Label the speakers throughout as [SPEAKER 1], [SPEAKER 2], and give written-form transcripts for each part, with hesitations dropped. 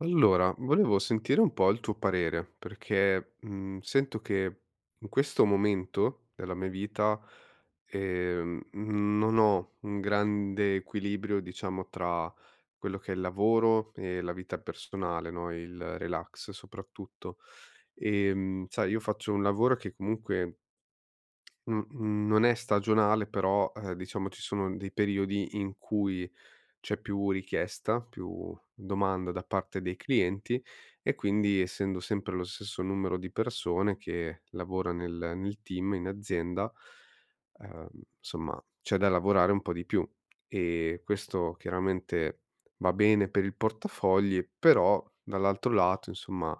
[SPEAKER 1] Allora, volevo sentire un po' il tuo parere perché, sento che in questo momento della mia vita, non ho un grande equilibrio, diciamo, tra quello che è il lavoro e la vita personale, no, il relax soprattutto. Sai, io faccio un lavoro che comunque n non è stagionale, però, diciamo ci sono dei periodi in cui c'è più richiesta, più domanda da parte dei clienti e quindi, essendo sempre lo stesso numero di persone che lavora nel team in azienda, ehm, insomma c'è da lavorare un po' di più, e questo chiaramente va bene per il portafogli, però dall'altro lato insomma,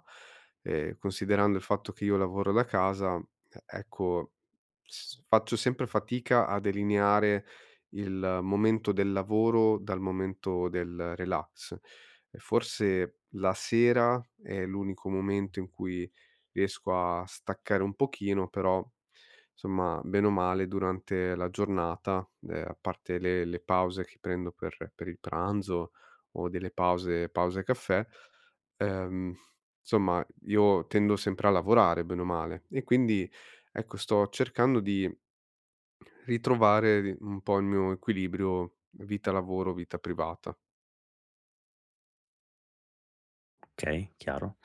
[SPEAKER 1] considerando il fatto che io lavoro da casa, e ecco, s faccio sempre fatica a delineare il momento del lavoro dal momento del relax. E forse la sera è l'unico momento in cui riesco a staccare un pochino, però insomma, bene o male, durante la giornata, a parte le pause che prendo per il pranzo o delle pause pause caffè, ehm, insomma, io tendo sempre a lavorare bene o male e quindi, ecco, sto cercando di ritrovare di un po' il mio equilibrio vita lavoro, vita privata.
[SPEAKER 2] Okay, chiaro.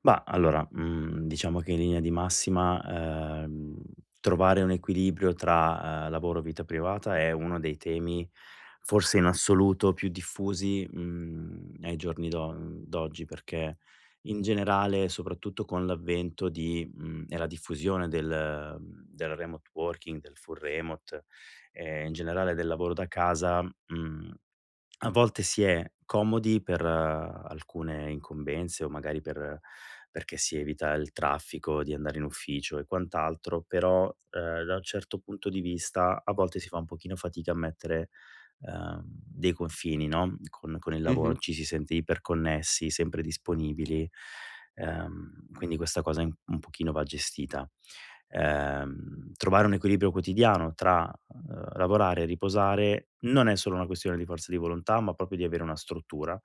[SPEAKER 2] Mah, allora, diciamo che in linea di massima, trovare un equilibrio tra, lavoro e vita privata è uno dei temi forse in assoluto più diffusi, ai giorni d'oggi, perché in generale, soprattutto con l'avvento e la diffusione del remote working, del full remote e in generale del lavoro da casa, mhmm a volte si è comodi per alcune incombenze o magari perché si evita il traffico di andare in ufficio e quant'altro, però, da un certo punto di vista a volte si fa un pochino fatica a mettere, dei confini, no, con il lavoro,
[SPEAKER 1] Mh-mh,
[SPEAKER 2] ci si sente iperconnessi, sempre disponibili, quindi questa cosa in un pochino va gestita. Trovare un equilibrio quotidiano tra lavorare e riposare non è solo una questione di forza di volontà, ma proprio di avere una struttura,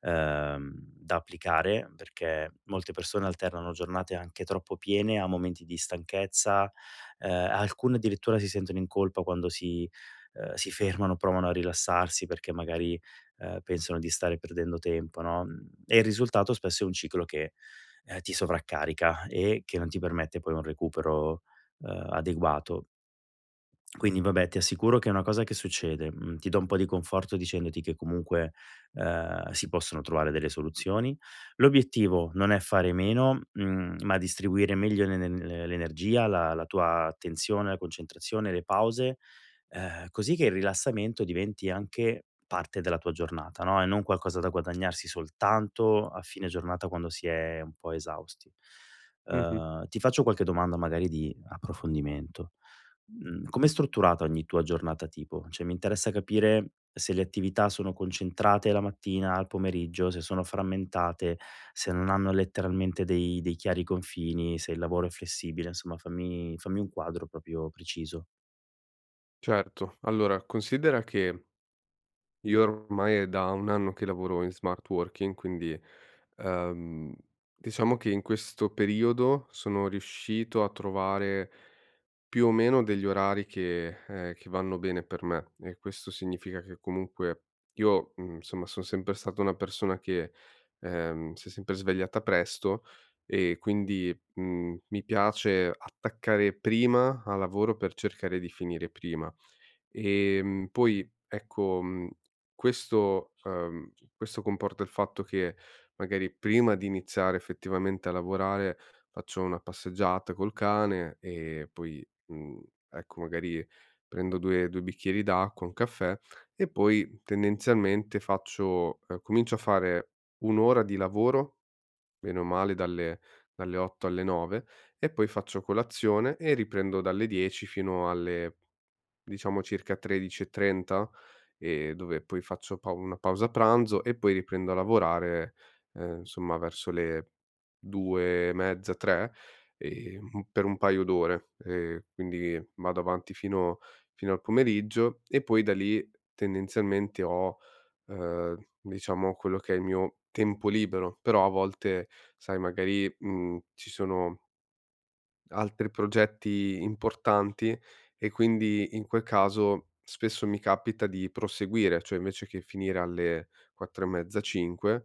[SPEAKER 2] da applicare, perché molte persone alternano giornate anche troppo piene a momenti di stanchezza, alcune addirittura si sentono in colpa quando si fermano, provano a rilassarsi perché magari, pensano di stare perdendo tempo, no, e il risultato spesso è un ciclo che, ti sovraccarica e che non ti permette poi un recupero, adeguato. Quindi vabbè, ti assicuro che è una cosa che succede. Mhmm, ti do un po' di conforto dicendoti che comunque, si possono trovare delle soluzioni. L'obiettivo non è fare meno, ma distribuire meglio l'energia, la tua attenzione, la concentrazione, le pause, così che il rilassamento diventi anche parte della tua giornata, no, e non qualcosa da guadagnarsi soltanto a fine giornata quando si è un po' esausti.
[SPEAKER 1] mh-mh,
[SPEAKER 2] Ti faccio qualche domanda magari di approfondimento. Com'è strutturata ogni tua giornata tipo? Cioè, mi interessa capire se le attività sono concentrate la mattina, al pomeriggio, se sono frammentate, se non hanno letteralmente dei chiari confini, se il lavoro è flessibile, insomma fammi un quadro proprio preciso.
[SPEAKER 1] certo. Allora, considera che io ormai è da 1 anno che lavoro in smart working, quindi, ehm, diciamo che in questo periodo sono riuscito a trovare più o meno degli orari che vanno bene per me, e questo significa che comunque io, insomma son sempre stata una persona che, si è sempre svegliata presto e quindi, mi piace attaccare prima a lavoro per cercare di finire prima. Poi ecco, questo questo comporta il fatto che magari prima di iniziare effettivamente a lavorare faccio una passeggiata col cane e poi, ecco magari prendo 2 bicchieri d'acqua, un caffè e poi tendenzialmente faccio comincio a fare 1' ora di lavoro, bene o male dalle 8 alle 9, e poi faccio colazione e riprendo dalle 10 fino alle, diciamo, circa 13:30, dove poi faccio pau una pausa pranzo e poi riprendo a lavorare, insomma verso le 2 e mezza, 3, un per un paio d'ore. Quindi vado avanti fino al pomeriggio e poi da lì tendenzialmente ho, diciamo, quello che è il mio tempo libero, però a volte sai magari, ci sono altri progetti importanti e quindi in quel caso spesso mi capita di proseguire, cioè invece che finire alle 4 e mezza, 5,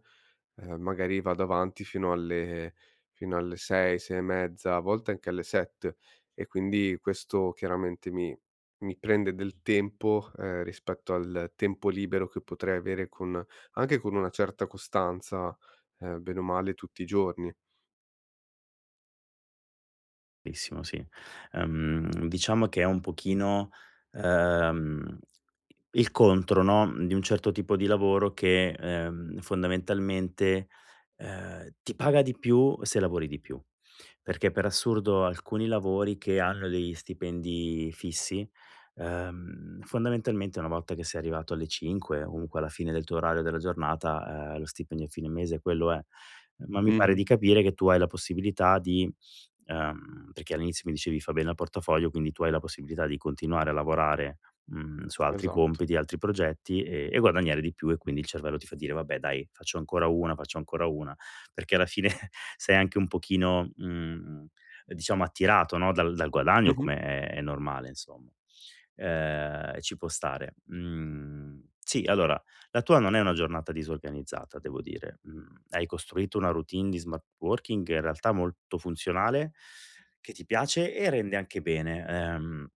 [SPEAKER 1] magari vado avanti fino alle 6, 6 e mezza, a volte anche alle 7, e quindi questo chiaramente mi prende del tempo, rispetto al tempo libero che potrei avere con, anche con una certa costanza, bene o male tutti i giorni.
[SPEAKER 2] Verissimo, sì. Diciamo che è un pochino, ehm, il contro, no, di un certo tipo di lavoro che, fondamentalmente, ti paga di più se lavori di più. Perché per assurdo alcuni lavori che hanno degli stipendi fissi, fondamentalmente una volta che sei arrivato alle 5, o comunque alla fine del tuo orario della giornata, lo stipendio a fine mese quello è. Ma mi pare
[SPEAKER 1] Mh-mh,
[SPEAKER 2] di capire che tu hai la possibilità di perché all'inizio mi dicevi fa bene al portafoglio, quindi tu hai la possibilità di continuare a lavorare, su altri
[SPEAKER 1] esatto.
[SPEAKER 2] compiti, altri progetti e guadagnare di più e quindi il cervello ti fa dire: "Vabbè dai, faccio ancora una", perché alla fine sei anche un pochino, diciamo attirato, no, dal guadagno
[SPEAKER 1] Mh-mh,
[SPEAKER 2] come è normale insomma. Ci può stare. Mhmm, sì, allora la tua non è una giornata disorganizzata, devo dire. Mhmm, hai costruito una routine di smart working in realtà molto funzionale, che ti piace e rende anche bene,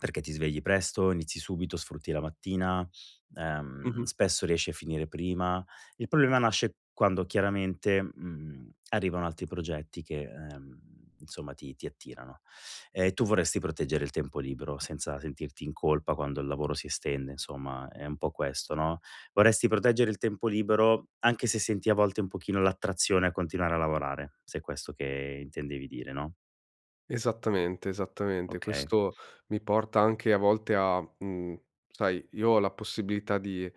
[SPEAKER 2] perché ti svegli presto, inizi subito, sfrutti la mattina,
[SPEAKER 1] mh-mh.
[SPEAKER 2] spesso riesci a finire prima. Il problema nasce quando chiaramente, arrivano altri progetti che, insomma ti attirano. E tu vorresti proteggere il tempo libero senza sentirti in colpa quando il lavoro si estende, insomma, è un po' questo, no? Vorresti proteggere il tempo libero, anche se senti a volte un pochino l'attrazione a continuare a lavorare, se è questo che intendevi dire, no,
[SPEAKER 1] Esattamente, esattamente.
[SPEAKER 2] okay.
[SPEAKER 1] Questo mi porta anche a volte a sai, io ho la possibilità di,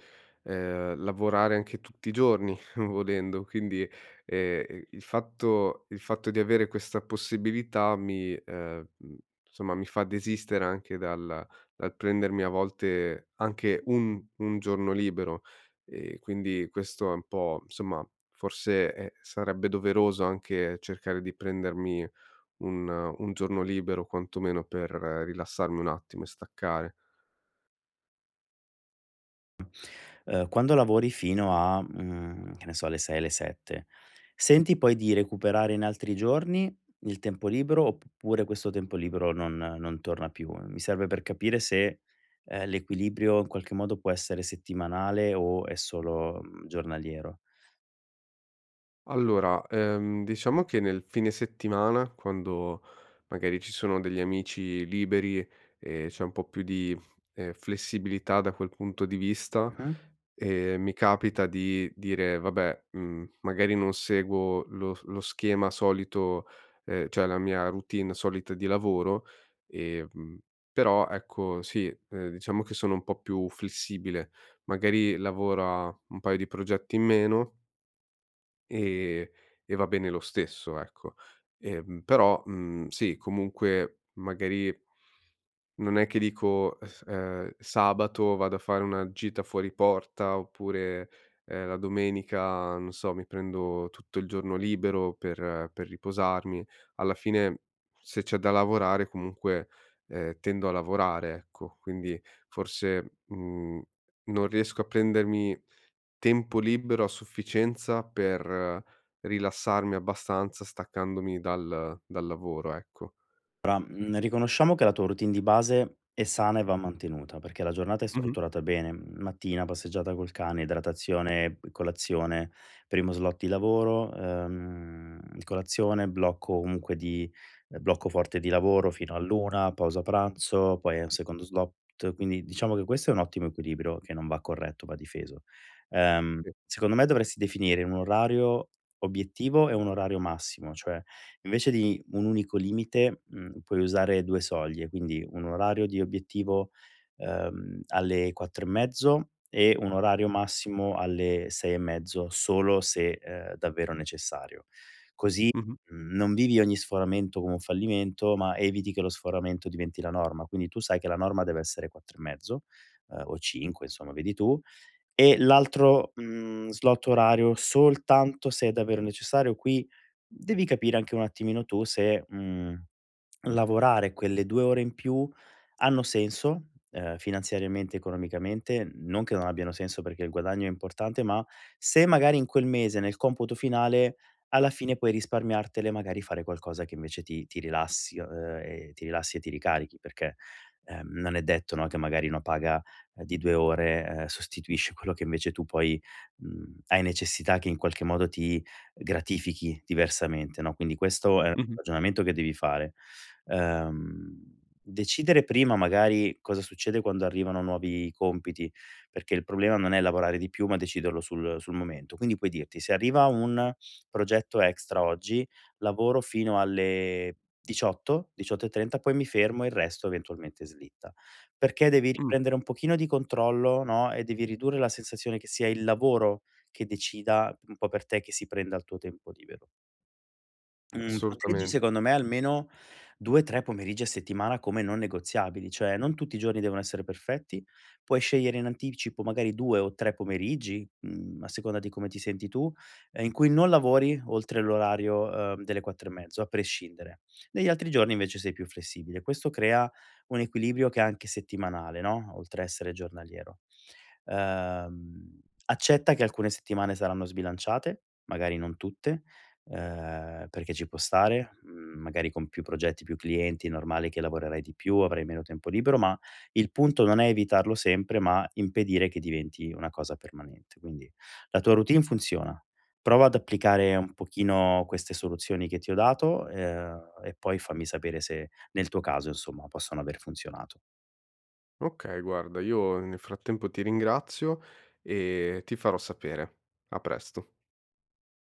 [SPEAKER 1] lavorare anche tutti i giorni volendo, quindi, il fatto di avere questa possibilità mi insomma mi fa desistere anche dal prendermi a volte anche un giorno libero. E quindi questo è un po' insomma, forse, sarebbe doveroso anche cercare di prendermi un un giorno libero quantomeno per rilassarmi un attimo e staccare.
[SPEAKER 2] Quando lavori fino a, mhmm, che ne so, le 6, le 7, senti poi di recuperare in altri giorni il tempo libero, oppure questo tempo libero non torna più? Mi serve per capire se, l'equilibrio in qualche modo può essere settimanale o è solo, giornaliero.
[SPEAKER 1] Allora, diciamo che nel fine settimana, quando magari ci sono degli amici liberi e c'è un po' più di, flessibilità da quel punto di vista,
[SPEAKER 2] Mh-mh.
[SPEAKER 1] mi capita di dire: "Vabbè, magari non seguo lo schema solito, cioè la mia routine solita di lavoro". ehm, Però ecco sì, diciamo che sono un po' più flessibile. Magari lavoro a un paio di progetti in meno e e va bene lo stesso, ecco. Però, sì, comunque magari non è che dico, s sabato vado a fare una gita fuori porta oppure, la domenica, non so, mi prendo tutto il giorno libero per riposarmi. Alla fine, se c'è da lavorare comunque, tendo a lavorare, ecco. Quindi forse, non riesco a prendermi tempo libero a sufficienza per rilassarmi abbastanza staccandomi dal lavoro, ecco.
[SPEAKER 2] Mhmm, riconosciamo che la tua routine di base è sana e va mantenuta, perché la giornata è
[SPEAKER 1] Mh-mh,
[SPEAKER 2] strutturata bene: mattina, passeggiata col cane, idratazione, colazione, primo slot di lavoro, colazione, blocco comunque di blocco forte di lavoro fino all'1, pausa pranzo, poi è un secondo slot. Quindi diciamo che questo è un ottimo equilibrio che non va corretto, va difeso. Ehm,
[SPEAKER 1] sì.
[SPEAKER 2] secondo me dovresti definire un orario obiettivo e un orario massimo, cioè invece di un unico limite, puoi usare 2 soglie, quindi un orario di obiettivo, alle 4 e mezzo e un orario massimo alle 6 e mezzo, solo se, davvero necessario. Così,
[SPEAKER 1] Mh-mh,
[SPEAKER 2] non vivi ogni sforamento come un fallimento, ma eviti che lo sforamento diventi la norma. Quindi tu sai che la norma deve essere 4 e mezzo, o 5, insomma vedi tu, e l'altro, slot orario soltanto se è davvero necessario. Qui devi capire anche un attimino tu se, mhmm Lavorare quelle 2 ore in più hanno senso, finanziariamente, economicamente, non che non abbiano senso perché il guadagno è importante, ma se magari in quel mese, nel computo finale, alla fine puoi risparmiartele, magari fare qualcosa che invece ti rilassi, e ti rilassi e ti ricarichi, perché, non è detto, no, che magari una paga, di 2 ore, sostituisce quello che invece tu poi, hai necessità che in qualche modo ti gratifichi diversamente, no, quindi questo è un
[SPEAKER 1] mh-mh,
[SPEAKER 2] ragionamento che devi fare. Decidere prima magari cosa succede quando arrivano nuovi compiti, perché il problema non è lavorare di più, ma deciderlo sul momento. Quindi puoi dirti: "Se arriva un progetto extra oggi, lavoro fino alle 18, 18:30, poi mi fermo e il resto eventualmente slitta". Perché devi
[SPEAKER 1] mh,
[SPEAKER 2] riprendere un pochino di controllo, no, e devi ridurre la sensazione che sia il lavoro che decida un po' per te, che si prenda il tuo tempo libero. Mhmm, proteggi
[SPEAKER 1] assolutamente.
[SPEAKER 2] secondo me almeno 2, 3 pomeriggi a settimana come non negoziabili, cioè non tutti i giorni devono essere perfetti, puoi scegliere in anticipo magari 2 o 3 pomeriggi, a seconda di come ti senti tu, in cui non lavori oltre l'orario, delle 4 e mezzo, a prescindere. Negli altri giorni invece sei più flessibile. Questo crea un equilibrio che è anche settimanale, no, oltre a essere giornaliero. Ehm, accetta che alcune settimane saranno sbilanciate, magari non tutte, perché ci può stare, magari con più progetti, più clienti, è normale che lavorerai di più, avrai meno tempo libero, ma il punto non è evitarlo sempre, ma impedire che diventi una cosa permanente. Quindi la tua routine funziona. Prova ad applicare un pochino queste soluzioni che ti ho dato, e poi fammi sapere se nel tuo caso, insomma, possono aver funzionato.
[SPEAKER 1] Okay, guarda, io nel frattempo ti ringrazio e ti farò sapere. A presto.